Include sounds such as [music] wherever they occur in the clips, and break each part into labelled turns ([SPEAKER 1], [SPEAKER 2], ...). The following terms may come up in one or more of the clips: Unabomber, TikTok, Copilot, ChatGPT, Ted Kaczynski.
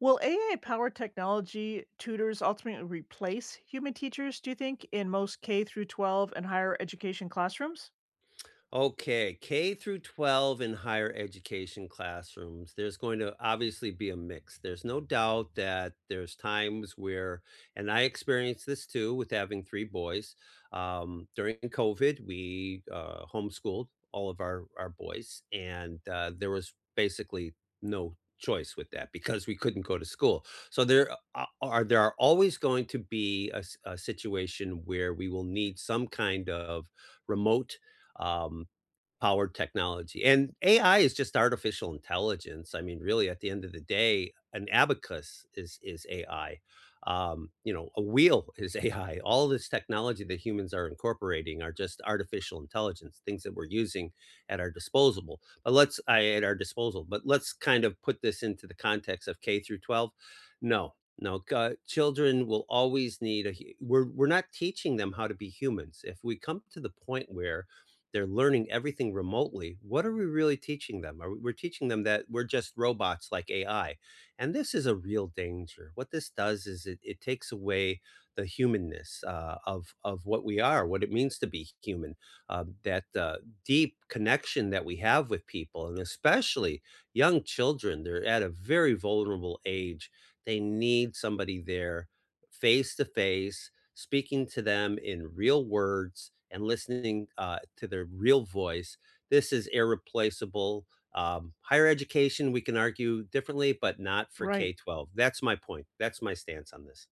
[SPEAKER 1] Will AI-powered technology tutors ultimately replace human teachers, do you think, in most K through 12 and higher education classrooms?
[SPEAKER 2] Okay, K through 12 in higher education classrooms, there's going to obviously be a mix. There's no doubt that there's times where, and I experienced this too with having three boys. During COVID, we homeschooled all of our boys, and there was basically no choice with that because we couldn't go to school. So there are always going to be a s a situation where we will need some kind of remote um, powered technology. And AI is just artificial intelligence. I mean, really, at the end of the day, an abacus is AI. A wheel [laughs] is AI. All this technology that humans are incorporating are just artificial intelligence, things that we're using at our disposable. But let's I At our disposal. But let's kind of put this into the context of K through 12. No, no, children will always need We're not teaching them how to be humans. If we come to the point where they're learning everything remotely, what are we really teaching them? We're teaching them that we're just robots like AI. And this is a real danger. What this does is it takes away the humanness of what we are, what it means to be human, that deep connection that we have with people, and especially young children. They're at a very vulnerable age. They need somebody there face to face speaking to them in real words and listening to their real voice. This is irreplaceable. Higher education, we can argue differently, but not for
[SPEAKER 1] Right.
[SPEAKER 2] K 12. That's my point. That's my stance on this.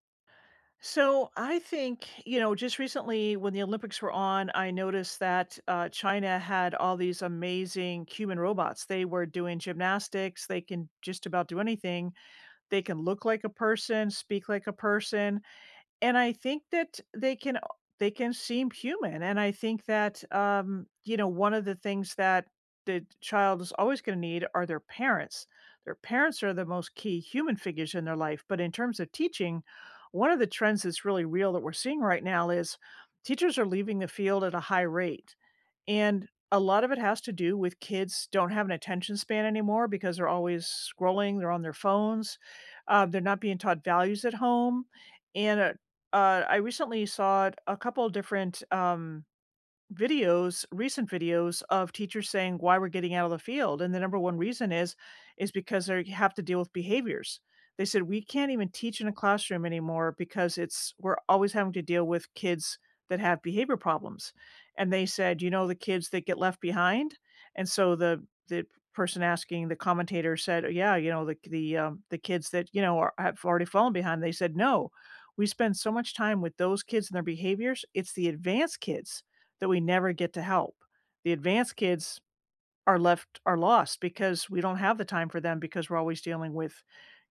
[SPEAKER 1] So I think, you know, just recently when the Olympics were on, I noticed that China had all these amazing human robots. They were doing gymnastics, they can just about do anything. They can look like a person, speak like a person. And I think that they can seem human, and I think that, you know, one of the things that the child is always gonna need are their parents. Their parents are the most key human figures in their life, but in terms of teaching, one of the trends that's really real that we're seeing right now is teachers are leaving the field at a high rate. And a lot of it has to do with kids don't have an attention span anymore because they're always scrolling, they're on their phones, they're not being taught values at home, and I recently saw a couple of different, um, videos, recent videos of teachers saying why we're getting out of the field, and the number one reason is because they have to deal with behaviors. They said we can't even teach in a classroom anymore because it's we're always having to deal with kids that have behavior problems. And they said, you know, the kids that get left behind, and so the person asking, the commentator said, yeah, you know, the the kids that, you know, are, have already fallen behind. They said, no, we spend so much time with those kids and their behaviors. It's the advanced kids that we never get to help. The advanced kids are left, are lost because we don't have the time for them because we're always dealing with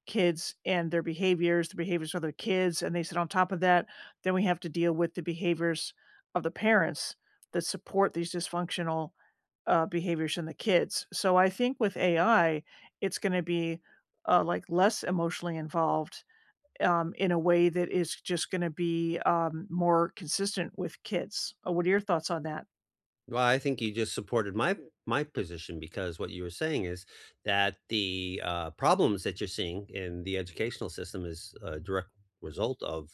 [SPEAKER 1] kids and their behaviors, the behaviors of their kids. And they said, on top of that, then we have to deal with the behaviors of the parents that support these dysfunctional behaviors in the kids. So I think with AI, it's going to be like less emotionally involved, in a way that is just going to be, more consistent with kids. What are your thoughts on that?
[SPEAKER 2] Well, I think you just supported my position because what you were saying is that the problems that you're seeing in the educational system is a direct result of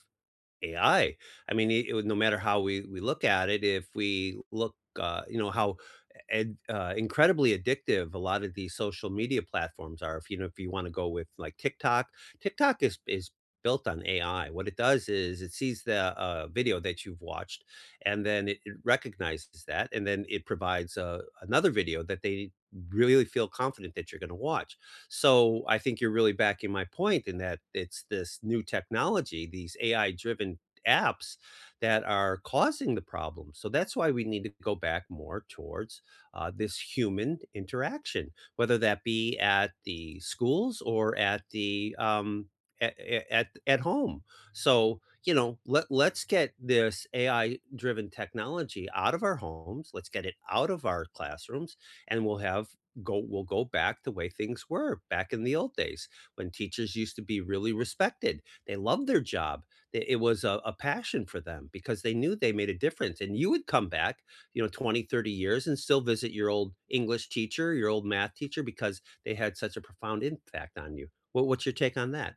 [SPEAKER 2] AI. I mean, no matter how we look at it, if we look, how incredibly addictive a lot of these social media platforms are. If you want to go with like TikTok, TikTok is built on AI. What it does is it sees the video that you've watched, and then it recognizes that, and then it provides another video that they really feel confident that you're going to watch. So I think you're really backing my point in that it's this new technology, these AI driven apps that are causing the problem. So that's why we need to go back more towards this human interaction, whether that be at the schools or at the at, at home. So you know, let's get this AI driven technology out of our homes. Let's get it out of our classrooms, and we'll go back the way things were back in the old days when teachers used to be really respected. They loved their job. It was a passion for them because they knew they made a difference. And you would come back, you know, 20, 30 years and still visit your old English teacher, your old math teacher, because they had such a profound impact on you. What's your take on that?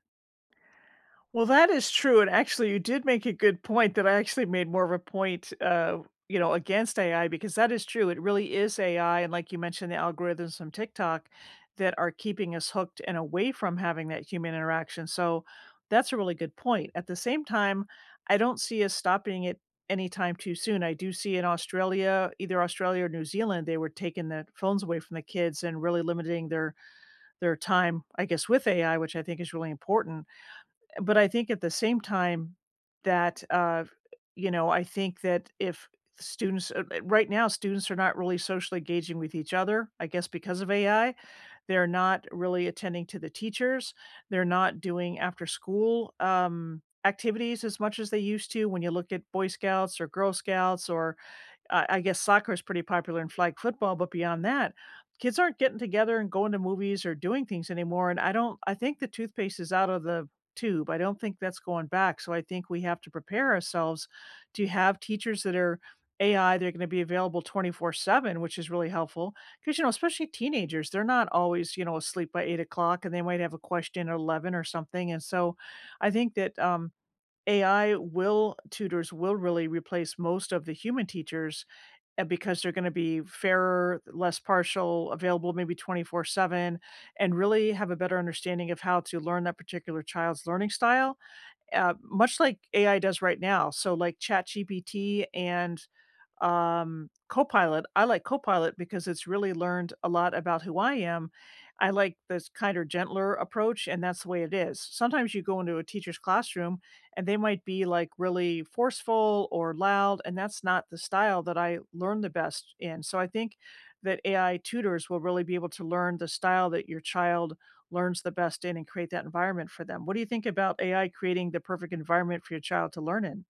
[SPEAKER 1] Well, that is true, and actually you did make a good point that I actually made more of a point, you know, against AI, because that is true. It really is AI, and like you mentioned, the algorithms from TikTok that are keeping us hooked and away from having that human interaction. So that's a really good point. At the same time, I don't see us stopping it anytime too soon. I do see in Australia, either Australia or New Zealand, they were taking the phones away from the kids and really limiting their time, I guess, with AI, which I think is really important. But I think at the same time that, you know, I think that if students right now, students are not really socially engaging with each other, I guess because of AI. They're not really attending to the teachers. They're not doing after school, activities as much as they used to when you look at Boy Scouts or Girl Scouts or I guess soccer is pretty popular in flag football, but beyond that, kids aren't getting together and going to movies or doing things anymore, and I don't I think the toothpaste is out of the tube. I don't think that's going back, so I think we have to prepare ourselves to have teachers that are AI. They're gonna be available 24/7, which is really helpful because, you know, especially teenagers, they're not always, you know, asleep by 8 o'clock, and they might have a question at 11 or something. And so I think that, AI will tutors will really replace most of the human teachers, because they're going to be fairer, less partial, available maybe 24/7, and really have a better understanding of how to learn that particular child's learning style, much like AI does right now. So, like ChatGPT and, Copilot. I like Copilot because it's really learned a lot about who I am. I like this kinder, gentler approach, and that's the way it is. Sometimes you go into a teacher's classroom and they might be like really forceful or loud, and that's not the style that I learn the best in. So I think that AI tutors will really be able to learn the style that your child learns the best in and create that environment for them. What do you think about AI creating the perfect environment for your child to learn in?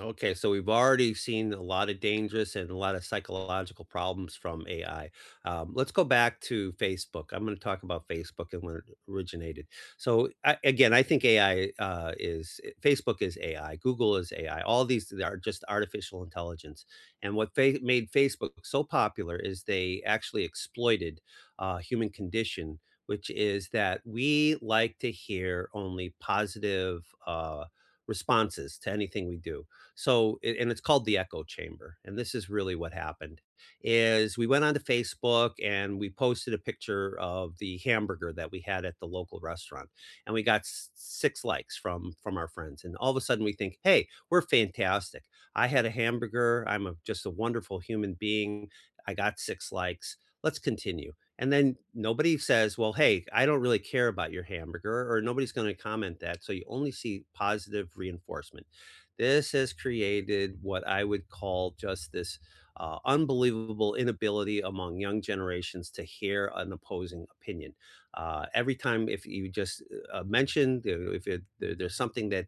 [SPEAKER 2] Okay, so we've already seen a lot of dangerous and a lot of psychological problems from AI. Let's go back to Facebook. I'm going to talk about Facebook and when it originated. So I, again, I think AI Facebook is AI, Google is AI. All these are just artificial intelligence. And what made Facebook so popular is they actually exploited human condition, which is that we like to hear only positive. Responses to anything we do, so a and it's called The Echo Chamber, and this is really what happened, is we went onto Facebook and we posted a picture of the hamburger that we had at the local restaurant, and we got s 6 likes from our friends, and all of a sudden we think, "Hey, we're fantastic. I had a hamburger, I'm a just a wonderful human being. I got 6 likes. Let's continue." And then nobody says, "Well, hey, I don't really care about your hamburger," or nobody's gonna comment that, so you only see positive reinforcement. This has created what I would call just this unbelievable inability among young generations to hear an opposing opinion. Every time, if you just mention, if it, there, there's something that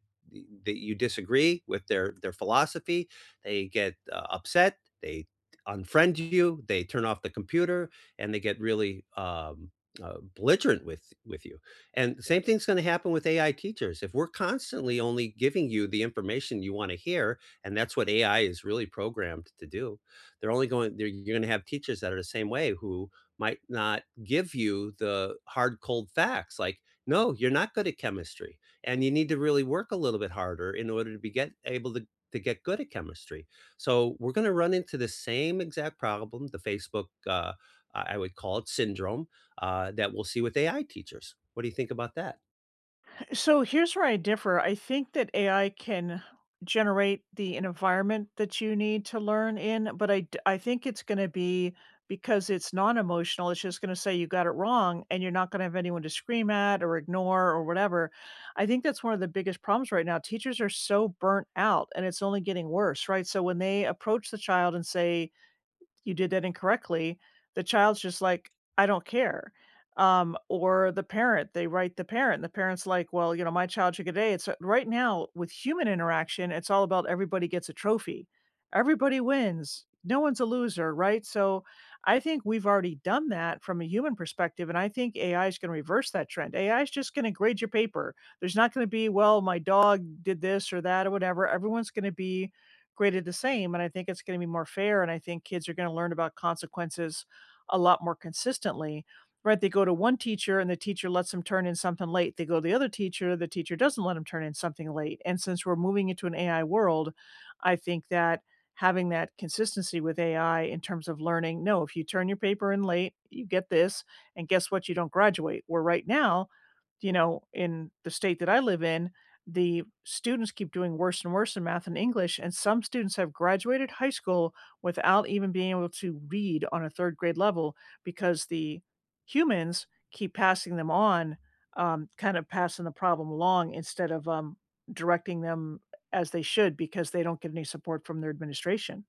[SPEAKER 2] you disagree with their philosophy, they get upset. They unfriend you. They turn off the computer, and they get really belligerent with you. And the same thing's going to happen with AI teachers. If we're constantly only giving you the information you want to hear, and that's what AI is really programmed to do, they're only going, they're, you're going to have teachers that are the same way who might not give you the hard, cold facts like, no, you're not good at chemistry. And you need to really work a little bit harder in order to able to get good at chemistry. So we're going to run into the same exact problem, the Facebook, I would call it syndrome that we'll see with AI teachers. What do you think about that?
[SPEAKER 1] So here's where I differ. I think that AI can generate the environment that you need to learn in, but I think it's going to be, because it's non emotional, it's just going to say you got it wrong, and you're not going to have anyone to scream at or ignore or whatever. I think that's one of the biggest problems right now. Teachers are so burnt out and it's only getting worse, right? So when they approach the child and say, you did that incorrectly, the child's just like, "I don't care." Or the parent, they write the parent. The parent's like, "Well, you know, my child should get an A." It's Right now with human interaction, it's all about everybody gets a trophy. Everybody wins. No one's a loser, right? So I think we've already done that from a human perspective, and I think AI is gonna reverse that trend. AI is just gonna grade your paper. There's not gonna be, "Well, my dog did this or that or whatever." Everyone's gonna be graded the same. And I think it's going to be more fair. And I think kids are going to learn about consequences a lot more consistently. Right? They go to one teacher and the teacher lets them turn in something late. They go to the other teacher, the teacher doesn't let them turn in something late. And since we're moving into an AI world, I think that having that consistency with AI in terms of learning, no, if you turn your paper in late, you get this. And guess what? You don't graduate. Where right now, you know, in the state that I live in, the students keep doing worse and worse in math and English, and some students have graduated high school without even being able to read on a third grade level because the humans keep passing them on, kind of passing the problem along instead of, directing them as they should because they don't get any support from their administration.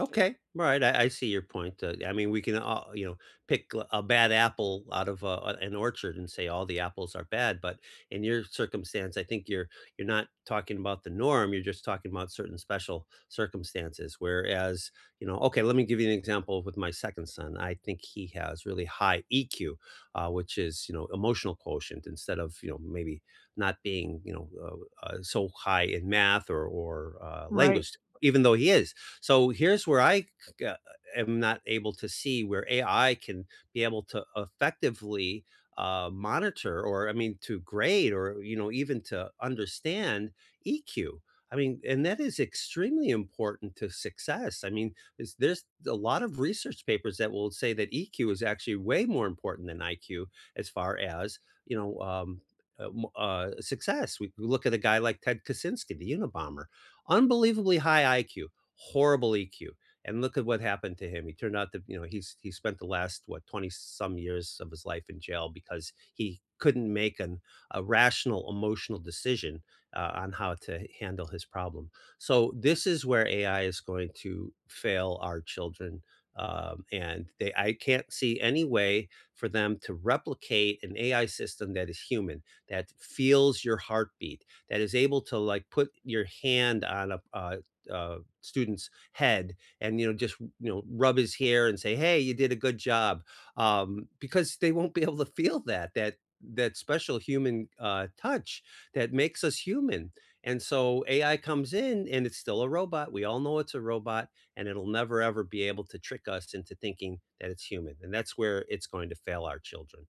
[SPEAKER 2] Okay. all Right. I see your point. I mean, we can, pick a bad apple out of an orchard and say all the apples are bad. But in your circumstance, I think you're not talking about the norm. You're just talking about certain special circumstances. Whereas, you know, okay, let me give you an example with my second son. I think he has really high EQ, which is, you know, emotional quotient instead of, you know, maybe not being, you know, so high in math or
[SPEAKER 1] Right.
[SPEAKER 2] language. Even though he is, here's where I uh, am not able to see where AI can be able to effectively monitor, or I mean, to grade, or you know, even to understand EQ. I mean, and that is extremely important to success. I mean, is there's a lot of research papers that will say that EQ is actually way more important than IQ as far as, you know, success. We look at a guy like Ted Kaczynski, the Unabomber, unbelievably high IQ, horrible EQ. And look at what happened to him. He turned out to, you know, he spent the last what 20 some years of his life in jail because he couldn't make an a rational emotional decision on how to handle his problem. So this is where AI is going to fail our children. I can't see any way for them to replicate an AI system that is human, that feels your heartbeat, that is able to like put your hand on a, uh, student's head and you know just you know rub his hair and say, hey, you did a good job, because they won't be able to feel that special human touch that makes us human. And so AI comes in and it's still a robot. We all know it's a robot, and it'll never ever be able to trick us into thinking that it's human. And that's where it's going to fail our children.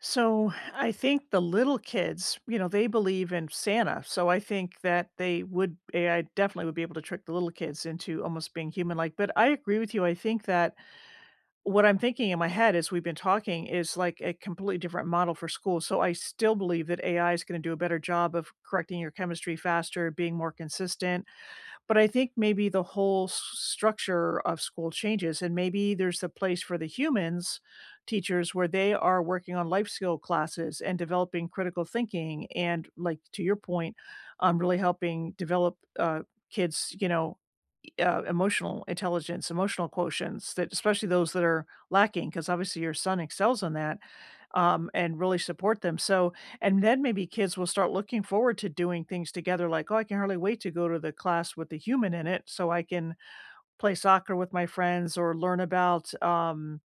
[SPEAKER 1] So I think the little kids, you know, they believe in Santa. So I think that they would, AI definitely would be able to trick the little kids into almost being human like. But I agree with you. I think that what I'm thinking in my head as we've been talking is like a completely different model for school. So I still believe that AI is going to do a better job of correcting your chemistry faster, being more consistent. But I think maybe the whole structure of school changes, and maybe there's a place for the humans, teachers, where they are working on life skill classes and developing critical thinking. And like to your point, really helping develop kids, you know, emotional intelligence, emotional quotients, that especially those that are lacking, because obviously your son excels in that, and really support them. So, and then maybe kids will start looking forward to doing things together, like, oh, I can hardly wait to go to the class with the human in it so I can play soccer with my friends or learn about,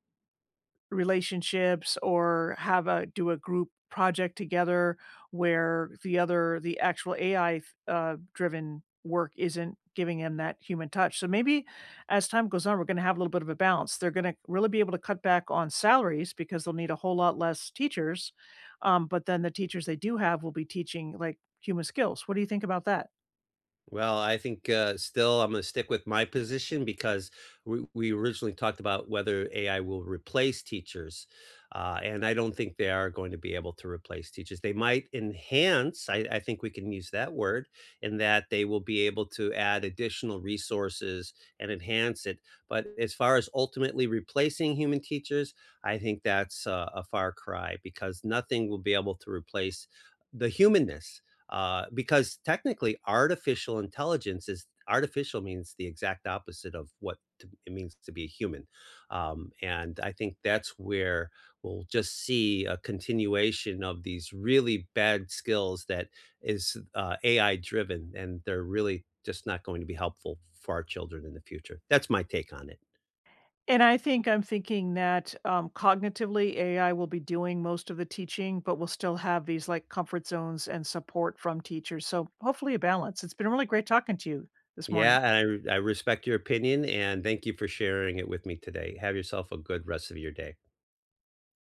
[SPEAKER 1] relationships or have a do a group project together where the actual AI driven work isn't giving them that human touch. So maybe as time goes on, we're going to have a little bit of a balance. They're going to really be able to cut back on salaries because they'll need a whole lot less teachers. But then the teachers they do have will be teaching like human skills. What do you think about that?
[SPEAKER 2] Well, I think, still I'm gonna stick with my position because we originally talked about whether AI will replace teachers, and I don't think they are going to be able to replace teachers. They might enhance, I think we can use that word, in that they will be able to add additional resources and enhance it, but as far as ultimately replacing human teachers, I think that's a far cry because nothing will be able to replace the humanness because technically artificial intelligence is artificial, means the exact opposite of it means to be a human. And I think that's where we'll just see a continuation of these really bad skills that is AI driven, and they're really just not going to be helpful for our children in the future. That's my take on it.
[SPEAKER 1] And I think I'm thinking that, cognitively, AI will be doing most of the teaching, but we'll still have these, like, comfort zones and support from teachers, so hopefully a balance. It's been really great talking to you this morning.
[SPEAKER 2] Yeah, I respect your opinion, and thank you for sharing it with me today. Have yourself a good rest of your day.